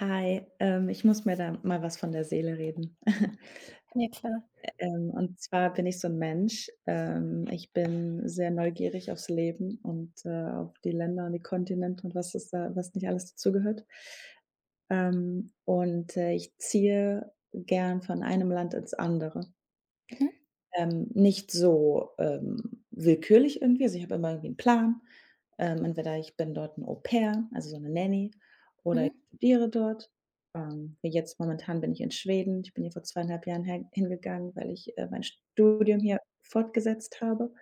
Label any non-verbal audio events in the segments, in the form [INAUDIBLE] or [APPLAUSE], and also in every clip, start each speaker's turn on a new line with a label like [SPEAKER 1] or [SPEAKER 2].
[SPEAKER 1] Hi, ich muss mir da mal was von der Seele reden. [LAUGHS]
[SPEAKER 2] Ja, klar.
[SPEAKER 1] Und zwar bin ich so ein Mensch. Ich bin sehr neugierig aufs Leben und auf die Länder und die Kontinente und was es da was nicht alles dazugehört. Und ich ziehe gern von einem Land ins andere.
[SPEAKER 2] Mhm,
[SPEAKER 1] Nicht so, willkürlich irgendwie. Also, ich habe immer irgendwie einen Plan. Entweder ich bin dort ein Au-pair, also so eine Nanny, oder
[SPEAKER 2] mhm.
[SPEAKER 1] ich studiere dort. Wie jetzt momentan bin ich in Schweden. Ich bin hier vor 2,5 Jahren her hingegangen, weil ich mein Studium hier fortgesetzt habe.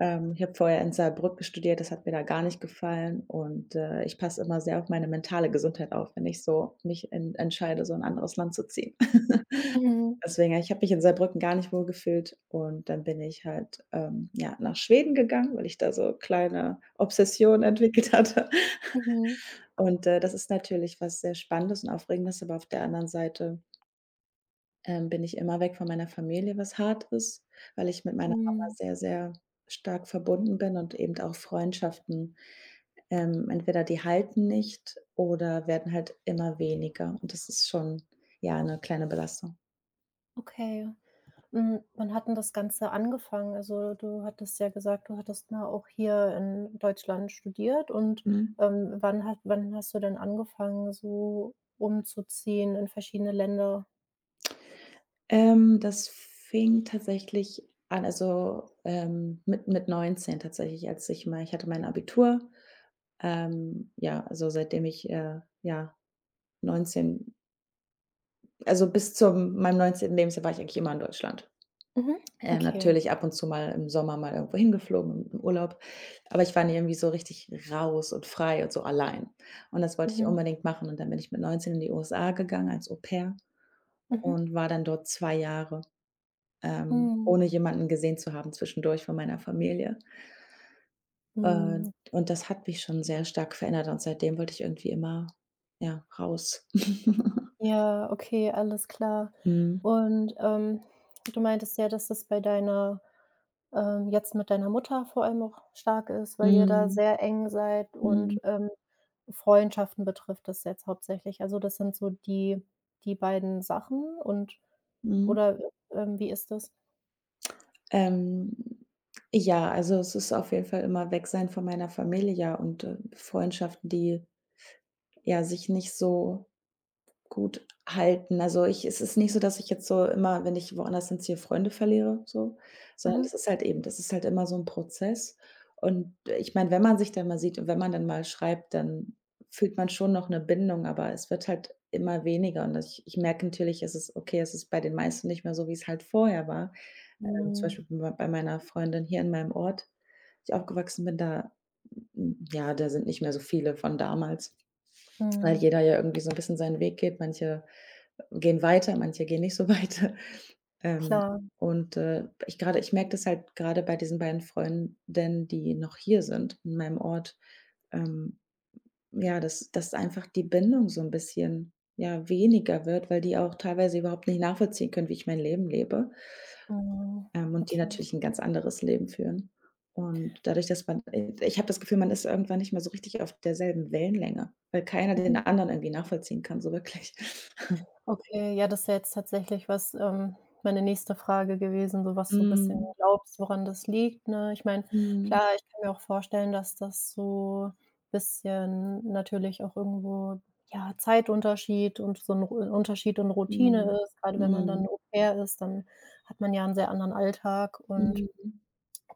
[SPEAKER 1] Ich habe vorher in Saarbrücken studiert, das hat mir da gar nicht gefallen und ich passe immer sehr auf meine mentale Gesundheit auf, wenn ich so mich en entscheide, so in 'n anderes Land zu ziehen. [LAUGHS]
[SPEAKER 2] Mhm,
[SPEAKER 1] Deswegen, ich habe mich in Saarbrücken gar nicht wohlgefühlt und dann bin ich halt, ja, nach Schweden gegangen, weil ich da so kleine Obsessionen [LAUGHS] entwickelt hatte.
[SPEAKER 2] mhm,
[SPEAKER 1] Und das ist natürlich was sehr Spannendes und Aufregendes, aber auf der anderen Seite, bin ich immer weg von meiner Familie, was hart ist, weil ich mit meiner Mama
[SPEAKER 2] mhm.
[SPEAKER 1] sehr, sehr stark verbunden bin und eben auch Freundschaften, entweder die halten nicht oder werden halt immer weniger und das ist schon, ja, 'ne kleine Belastung.
[SPEAKER 2] Okay. Wann hat denn das Ganze angefangen? Also, du hattest ja gesagt, du hattest mal auch hier in Deutschland studiert und,
[SPEAKER 1] Mhm.
[SPEAKER 2] wann hast du denn angefangen, so umzuziehen in verschiedene Länder?
[SPEAKER 1] Das fing tatsächlich an, also, mit 19 tatsächlich, als ich mein ich hatte mein Abitur. Ja, also, seitdem ich ja, 19, also, bis zu meinem 19. Lebensjahr war ich eigentlich immer in Deutschland.
[SPEAKER 2] Mhm. Okay.
[SPEAKER 1] Natürlich ab und zu mal im Sommer mal irgendwo hingeflogen, im Urlaub, aber ich war nie irgendwie so richtig raus und frei und so allein. Und das wollte ich
[SPEAKER 2] Mhm.
[SPEAKER 1] unbedingt machen und dann bin ich mit 19 in die USA gegangen als Au Pair
[SPEAKER 2] Mhm.
[SPEAKER 1] und war dann dort 2 Jahre.
[SPEAKER 2] Mhm.
[SPEAKER 1] Ohne jemanden gesehen zu haben zwischendurch von meiner Familie. Äh,
[SPEAKER 2] Mhm.
[SPEAKER 1] und das hat mich schon sehr stark verändert und seitdem wollte ich irgendwie immer, ja, raus. [LAUGHS]
[SPEAKER 2] Ja, okay, alles klar.
[SPEAKER 1] Mhm.
[SPEAKER 2] Und, du meintest ja, dass das bei deiner jetzt mit deiner Mutter vor allem auch stark ist, weil ihr da
[SPEAKER 1] Mhm.
[SPEAKER 2] sehr eng seid und,
[SPEAKER 1] Mhm.
[SPEAKER 2] Freundschaften betrifft das jetzt hauptsächlich. Also, das sind so die beiden Sachen und
[SPEAKER 1] Mhm.
[SPEAKER 2] oder, wie ist das?
[SPEAKER 1] Ähm, ja, also es ist auf jeden Fall immer weg sein von meiner Familie, ja, und Freundschaften, die, ja, sich nicht so gut halten. Also, ich es ist nicht so, dass ich jetzt so immer, wenn ich woanders hinziehe, Freunde verliere, so, sondern es
[SPEAKER 2] Mhm.
[SPEAKER 1] ist halt eben das ist halt immer so ein Prozess. Und ich meine, wenn man sich dann mal sieht und wenn man dann mal schreibt, dann fühlt man schon noch eine Bindung, aber es wird halt immer weniger. Und das, ich ich merke natürlich, es ist okay, es ist bei den meisten nicht mehr so, wie es halt vorher war. Zum
[SPEAKER 2] Mhm.
[SPEAKER 1] Beispiel bei meiner Freundin hier in meinem Ort, wo ich aufgewachsen bin, da ja, da sind nicht mehr so viele von damals, weil
[SPEAKER 2] Mhm.
[SPEAKER 1] jeder ja irgendwie so 'n bisschen seinen Weg geht. Manche gehen weiter, manche gehen nicht so [LAUGHS] weiter. Ähm,
[SPEAKER 2] Klar.
[SPEAKER 1] und ich merke das halt grade bei diesen beiden Freundinnen, die noch hier sind in meinem Ort, ähm, ja, dass einfach die Bindung so 'n bisschen, ja, weniger wird, weil die auch teilweise überhaupt nicht nachvollziehen können, wie ich mein Leben lebe,
[SPEAKER 2] Mhm.
[SPEAKER 1] und die
[SPEAKER 2] Okay.
[SPEAKER 1] natürlich ein ganz anderes Leben führen. Und dadurch, dass man ich habe das Gefühl, man ist irgendwann nicht mehr so richtig auf derselben Wellenlänge, weil keiner den
[SPEAKER 2] Mhm.
[SPEAKER 1] anderen irgendwie nachvollziehen kann, so wirklich. [LAUGHS]
[SPEAKER 2] Okay, ja, das ist ja jetzt tatsächlich was, meine nächste Frage gewesen, so was du ein bisschen
[SPEAKER 1] Mhm.
[SPEAKER 2] glaubst, woran das liegt, ne? Ich meine, klar,
[SPEAKER 1] Mhm.
[SPEAKER 2] ich kann mir auch vorstellen, dass das so bisschen natürlich auch irgendwo, ja, Zeitunterschied und so 'n Ru Unterschied und
[SPEAKER 1] Mhm.
[SPEAKER 2] Routine ist. Gerade wenn man
[SPEAKER 1] Mhm.
[SPEAKER 2] dann Au-pair ist, dann hat man ja 'n sehr anderen Alltag und
[SPEAKER 1] Mhm.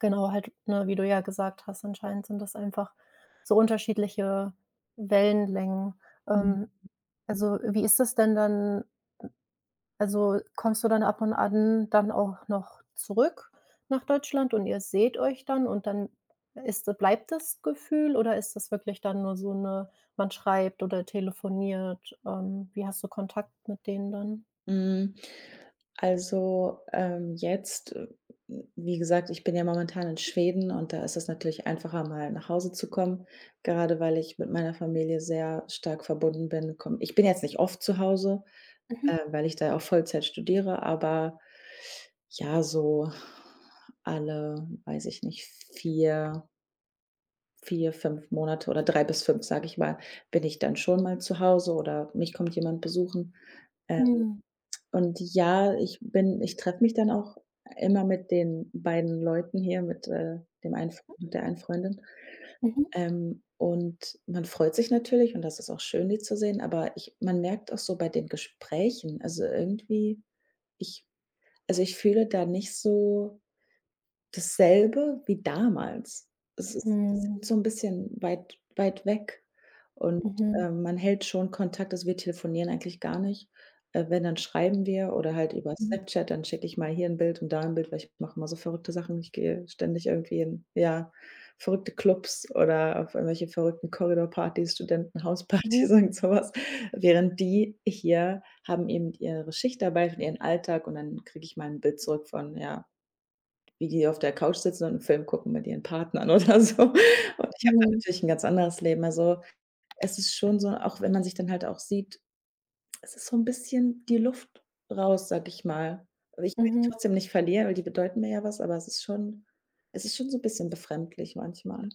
[SPEAKER 2] genau halt, ne, wie du ja gesagt hast, anscheinend sind das einfach so unterschiedliche Wellenlängen.
[SPEAKER 1] Mhm.
[SPEAKER 2] Ähm, also, wie ist das denn dann also, kommst du dann ab und an dann auch noch zurück nach Deutschland und ihr seht euch dann und dann ist bleibt das Gefühl oder ist das wirklich dann nur so eine man schreibt oder telefoniert? Wie hast du Kontakt mit denen dann?
[SPEAKER 1] Mhm. Also, jetzt wie gesagt, ich bin ja momentan in Schweden und da ist es natürlich einfacher, mal nach Hause zu kommen, gerade weil ich mit meiner Familie sehr stark verbunden bin. Komm Ich bin jetzt nicht oft zu Hause,
[SPEAKER 2] Mhm.
[SPEAKER 1] weil ich da ja auch Vollzeit studiere, aber ja, so alle, weiß ich nicht, 4 5 Monate oder 3 bis 5 sage ich mal, bin ich dann schon mal zu Hause oder mich kommt jemand besuchen. Ähm,
[SPEAKER 2] Mhm.
[SPEAKER 1] und ja, ich treffe mich dann auch immer mit den beiden Leuten hier, mit dem einen F mit der einen Freundin.
[SPEAKER 2] Mhm.
[SPEAKER 1] Und man freut sich natürlich und das ist auch schön, die zu sehen, aber ich man merkt auch so bei den Gesprächen, also irgendwie ich also, ich fühle da nicht so dasselbe wie damals. Es ist Die sind so 'n bisschen weit weg und,
[SPEAKER 2] Mhm.
[SPEAKER 1] man hält schon Kontakt. Also, wir telefonieren eigentlich gar nicht. Wenn, dann schreiben wir oder halt über
[SPEAKER 2] Mhm. Mhm.
[SPEAKER 1] Snapchat, dann schicke ich mal hier 'n Bild und da 'n Bild, weil ich mache immer so verrückte Sachen. Ich gehe ständig irgendwie in, ja, verrückte Clubs oder auf irgendwelche verrückten Corridor-Partys, Studentenhauspartys, [LAUGHS] irgend so was. Während die hier haben eben ihre Schichtarbeit und ihren Alltag und dann kriege ich mal 'n Bild zurück von, ja, wie die auf der Couch sitzen und 'n Film gucken mit ihren Partnern [LAUGHS] oder so. Und ich habe da
[SPEAKER 2] Mhm.
[SPEAKER 1] natürlich 'n ganz anderes Leben. Also, es ist schon so auch wenn man sich dann halt auch sieht, es ist so 'n bisschen die Luft raus, sage ich mal. Also, ich
[SPEAKER 2] Mhm.
[SPEAKER 1] will die
[SPEAKER 2] Mhm.
[SPEAKER 1] trotzdem nicht verlieren, weil die bedeuten mir ja was, aber es ist schon so 'n bisschen befremdlich manchmal.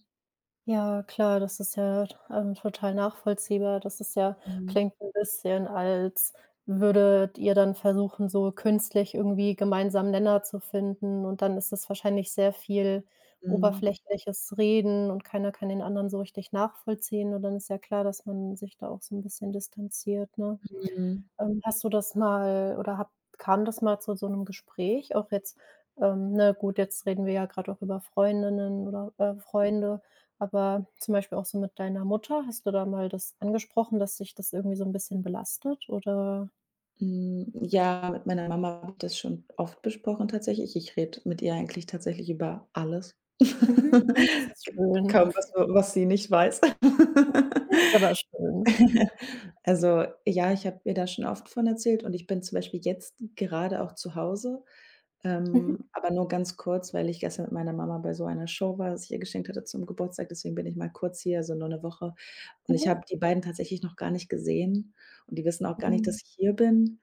[SPEAKER 2] Ja, klar, das ist ja, total nachvollziehbar. Das ist ja
[SPEAKER 1] Mhm.
[SPEAKER 2] klingt ein bisschen, als würdet ihr dann versuchen, so künstlich irgendwie gemeinsamen Nenner zu finden und dann ist es wahrscheinlich sehr viel
[SPEAKER 1] Mhm.
[SPEAKER 2] oberflächliches Reden und keiner kann den anderen so richtig nachvollziehen und dann ist ja klar, dass man sich da auch so ein bisschen distanziert, ne?
[SPEAKER 1] Mhm.
[SPEAKER 2] Hast du das mal oder hab kam das mal zu so einem Gespräch? Auch jetzt, ne, gut, jetzt reden wir ja gerade auch über Freundinnen oder, Freunde, aber zum Beispiel auch so mit deiner Mutter, hast du da mal das angesprochen, dass dich das irgendwie so ein bisschen belastet oder?
[SPEAKER 1] Hm, ja, mit meiner Mama habe ich das schon oft besprochen tatsächlich. Ich rede mit ihr eigentlich tatsächlich über alles. [LAUGHS]
[SPEAKER 2] Mhm. Das
[SPEAKER 1] Es
[SPEAKER 2] ist
[SPEAKER 1] gibt
[SPEAKER 2] schön,
[SPEAKER 1] kaum was, was sie nicht weiß. [LAUGHS]
[SPEAKER 2] [LAUGHS] aber schön.
[SPEAKER 1] Also, ja, ich habe ihr da schon oft von erzählt und ich bin zum Beispiel jetzt gerade auch zu Hause,
[SPEAKER 2] Mhm,
[SPEAKER 1] aber nur ganz kurz, weil ich gestern mit meiner Mama bei so einer Show war, was ich ihr geschenkt hatte zum Geburtstag. Deswegen bin ich mal kurz hier, also nur eine Woche. Und ich
[SPEAKER 2] mhm.
[SPEAKER 1] habe die beiden tatsächlich noch gar nicht gesehen und die wissen auch gar nicht,
[SPEAKER 2] Mhm.
[SPEAKER 1] dass ich hier bin.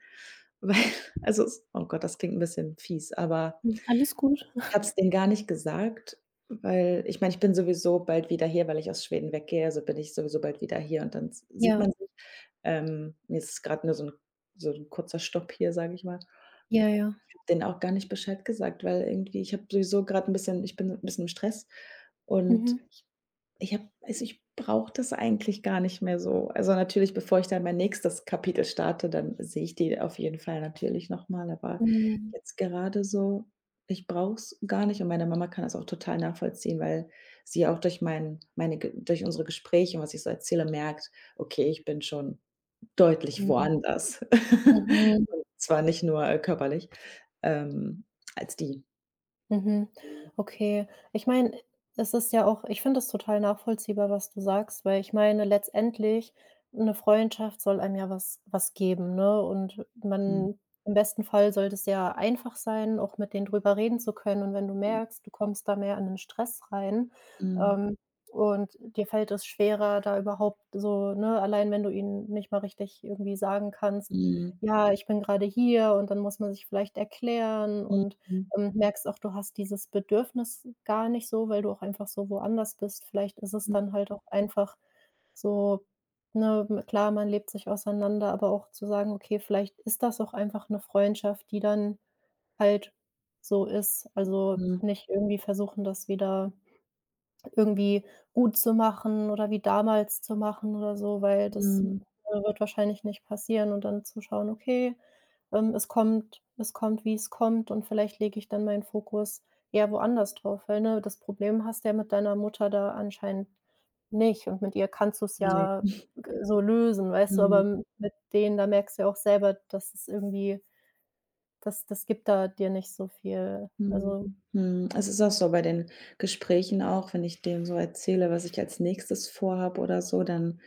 [SPEAKER 1] Weil [LAUGHS] also es oh Gott, das klingt 'n bisschen fies, aber
[SPEAKER 2] Alles gut.
[SPEAKER 1] ich habe es denen gar nicht gesagt, weil ich meine, ich bin sowieso bald wieder hier, weil ich aus Schweden weggehe, also bin ich sowieso bald wieder hier und dann s sieht
[SPEAKER 2] Ja,
[SPEAKER 1] man sich. Jetzt ist grad nur so 'n kurzer Stopp hier, sage ich mal.
[SPEAKER 2] ja, ja.
[SPEAKER 1] Ich habe denen auch gar nicht Bescheid gesagt, weil irgendwie ich bin 'n bisschen im Stress und
[SPEAKER 2] Mhm.
[SPEAKER 1] ich habe also, ich brauche das eigentlich gar nicht mehr so. Also, natürlich, bevor ich dann mein nächstes Kapitel starte, dann sehe ich die auf jeden Fall natürlich noch mal, aber
[SPEAKER 2] Mhm.
[SPEAKER 1] jetzt gerade so, ich brauche es gar nicht und meine Mama kann das auch total nachvollziehen, weil sie auch durch mein meine Ge durch unsere Gespräche und was ich so erzähle, merkt: „Okay, ich bin schon deutlich
[SPEAKER 2] Mhm.
[SPEAKER 1] woanders." [LAUGHS]
[SPEAKER 2] Mhm.
[SPEAKER 1] Zwar nicht nur körperlich, ähm, als die.
[SPEAKER 2] Mhm. Okay. Ich meine, es ist ja auch ich finde es total nachvollziehbar, was du sagst, weil ich meine, letztendlich eine Freundschaft soll einem ja was geben, ne? Und
[SPEAKER 1] Mhm.
[SPEAKER 2] man im besten Fall sollte es ja einfach sein, auch mit denen drüber reden zu können. Und wenn du merkst, du kommst da mehr in den Stress rein,
[SPEAKER 1] Mhm.
[SPEAKER 2] ähm, und dir fällt es schwerer, da überhaupt so ne, allein wenn du ihnen nicht mal richtig irgendwie sagen kannst:
[SPEAKER 1] Mhm.
[SPEAKER 2] „Ja, ich bin gerade hier" und dann muss man sich vielleicht erklären und
[SPEAKER 1] Mhm.
[SPEAKER 2] merkst auch, du hast dieses Bedürfnis gar nicht so, weil du auch einfach so woanders bist. Vielleicht ist es
[SPEAKER 1] Mhm.
[SPEAKER 2] dann halt auch einfach so, ne, klar, man lebt sich auseinander, aber auch zu sagen: „Okay, vielleicht ist das auch einfach eine Freundschaft, die dann halt so ist." Also,
[SPEAKER 1] Mhm.
[SPEAKER 2] nicht irgendwie versuchen, das wieder irgendwie gut zu machen oder wie damals zu machen oder so, weil das,
[SPEAKER 1] Mhm.
[SPEAKER 2] wird wahrscheinlich nicht passieren und dann zu schauen: „Okay, es kommt, wie es kommt und vielleicht lege ich dann meinen Fokus eher woanders drauf." Weil, ne, das Problem hast du ja mit deiner Mutter da anscheinend nicht und mit ihr kannst du es
[SPEAKER 1] Ne.
[SPEAKER 2] ja g so lösen, weißt du, aber
[SPEAKER 1] Mhm.
[SPEAKER 2] m mit denen, da merkst du ja auch selber, dass es irgendwie das gibt da dir nicht so viel.
[SPEAKER 1] Mhm.
[SPEAKER 2] Also,
[SPEAKER 1] Mhm. Es ist auch so bei den Gesprächen auch, wenn ich denen so erzähle, was ich als Nächstes vorhabe oder so, dann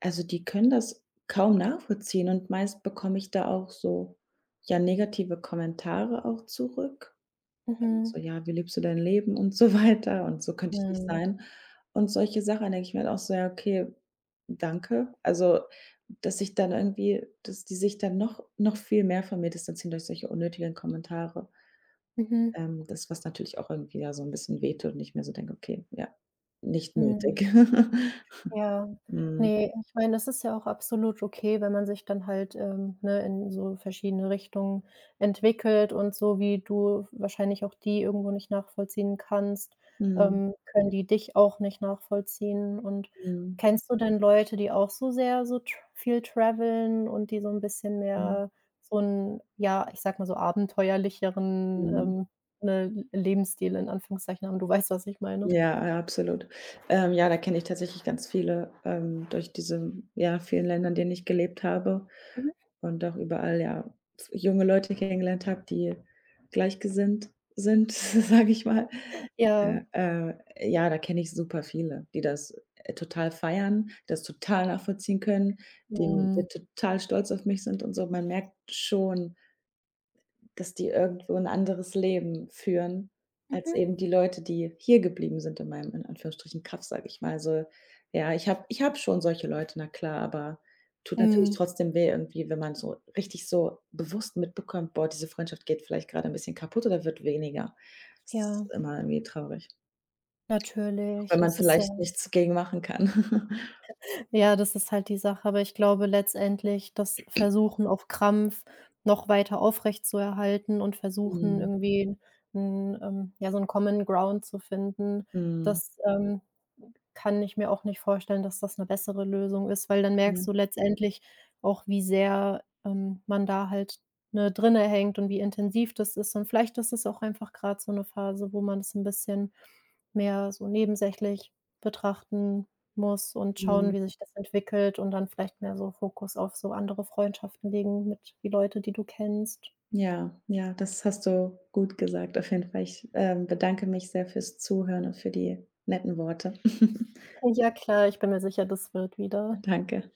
[SPEAKER 1] also, die können das kaum nachvollziehen und meist bekomme ich da auch so, ja, negative Kommentare auch zurück.
[SPEAKER 2] mhm.
[SPEAKER 1] So: „Ja, wie lebst du dein Leben?" und so [LAUGHS] weiter und „so könnte ich nicht
[SPEAKER 2] Mhm.
[SPEAKER 1] sein" und solche Sachen. Denke ich mir dann auch so: „Ja, okay, danke." Also, dass die sich dann noch viel mehr von mir distanzieren durch solche unnötigen Kommentare.
[SPEAKER 2] Mhm.
[SPEAKER 1] Das, was natürlich auch irgendwie ja so 'n bisschen wehtut und ich mir so denke: „Okay, ja, nicht nötig."
[SPEAKER 2] Mhm.
[SPEAKER 1] [LAUGHS]
[SPEAKER 2] Ja,
[SPEAKER 1] Mhm.
[SPEAKER 2] nee. Ich meine, das ist ja auch absolut okay, wenn man sich dann halt, ne, in so verschiedene Richtungen entwickelt und so wie du wahrscheinlich auch die irgendwo nicht nachvollziehen kannst,
[SPEAKER 1] Mhm.
[SPEAKER 2] können die dich auch nicht nachvollziehen. Und
[SPEAKER 1] Mhm.
[SPEAKER 2] kennst du denn Leute, die auch so sehr so tr viel traveln und die so ein bisschen
[SPEAKER 1] Mhm.
[SPEAKER 2] mehr so 'n, ja, ich sag mal so abenteuerlicheren,
[SPEAKER 1] Mhm.
[SPEAKER 2] ne, Lebensstil in Anführungszeichen haben? Du weißt, was ich meine.
[SPEAKER 1] Ja, ja, absolut. Ja, da kenne ich tatsächlich ganz viele, durch diese, ja, vielen Ländern, in denen ich gelebt habe und auch überall, ja, f junge Leute kennengelernt habe, die gleichgesinnt sind, [LAUGHS] sage ich mal.
[SPEAKER 2] [LAUGHS] Ja,
[SPEAKER 1] Ja, ja, da kenne ich super viele, die das total feiern, das total nachvollziehen können, die
[SPEAKER 2] mhm.
[SPEAKER 1] total stolz auf mich sind und so. Man merkt schon, dass die irgendwo ein anderes Leben führen als
[SPEAKER 2] Mhm.
[SPEAKER 1] eben die Leute, die hier geblieben sind in meinem, in Anführungsstrichen, Kaff, sage ich mal. Also, ja, ich habe schon solche Leute, na klar, aber tut natürlich
[SPEAKER 2] Mhm.
[SPEAKER 1] trotzdem weh irgendwie, wenn man so richtig so bewusst mitbekommt: „Boah, diese Freundschaft geht vielleicht gerade ein bisschen kaputt oder wird weniger." Das
[SPEAKER 2] Ja,
[SPEAKER 1] ist immer irgendwie traurig, auch
[SPEAKER 2] natürlich.
[SPEAKER 1] wenn man
[SPEAKER 2] Es ist ja
[SPEAKER 1] vielleicht nichts gegen machen kann. [LAUGHS]
[SPEAKER 2] Ja, das ist halt die Sache, aber ich glaube letztendlich, das Versuchen auf Krampf noch weiter aufrechtzuerhalten und versuchen
[SPEAKER 1] Mhm.
[SPEAKER 2] irgendwie 'n, ja, so 'n Common Ground zu finden,
[SPEAKER 1] Mhm.
[SPEAKER 2] das, kann ich mir auch nicht vorstellen, dass das 'ne bessere Lösung ist, weil dann merkst
[SPEAKER 1] Ja.
[SPEAKER 2] du letztendlich auch, wie sehr, man da halt, ne, drinne hängt und wie intensiv das ist und vielleicht ist es auch einfach grad so 'ne Phase, wo man das 'n bisschen mehr so nebensächlich betrachten muss und schauen,
[SPEAKER 1] Mhm.
[SPEAKER 2] wie sich das entwickelt und dann vielleicht mehr so Fokus auf so andere Freundschaften legen mit die Leute, die du kennst.
[SPEAKER 1] Ja, ja, das hast du gut gesagt auf jeden Fall. Ich, bedanke mich sehr fürs Zuhören und für die netten Worte. [LAUGHS]
[SPEAKER 2] Ja klar, ich bin mir sicher, das wird wieder.
[SPEAKER 1] Danke.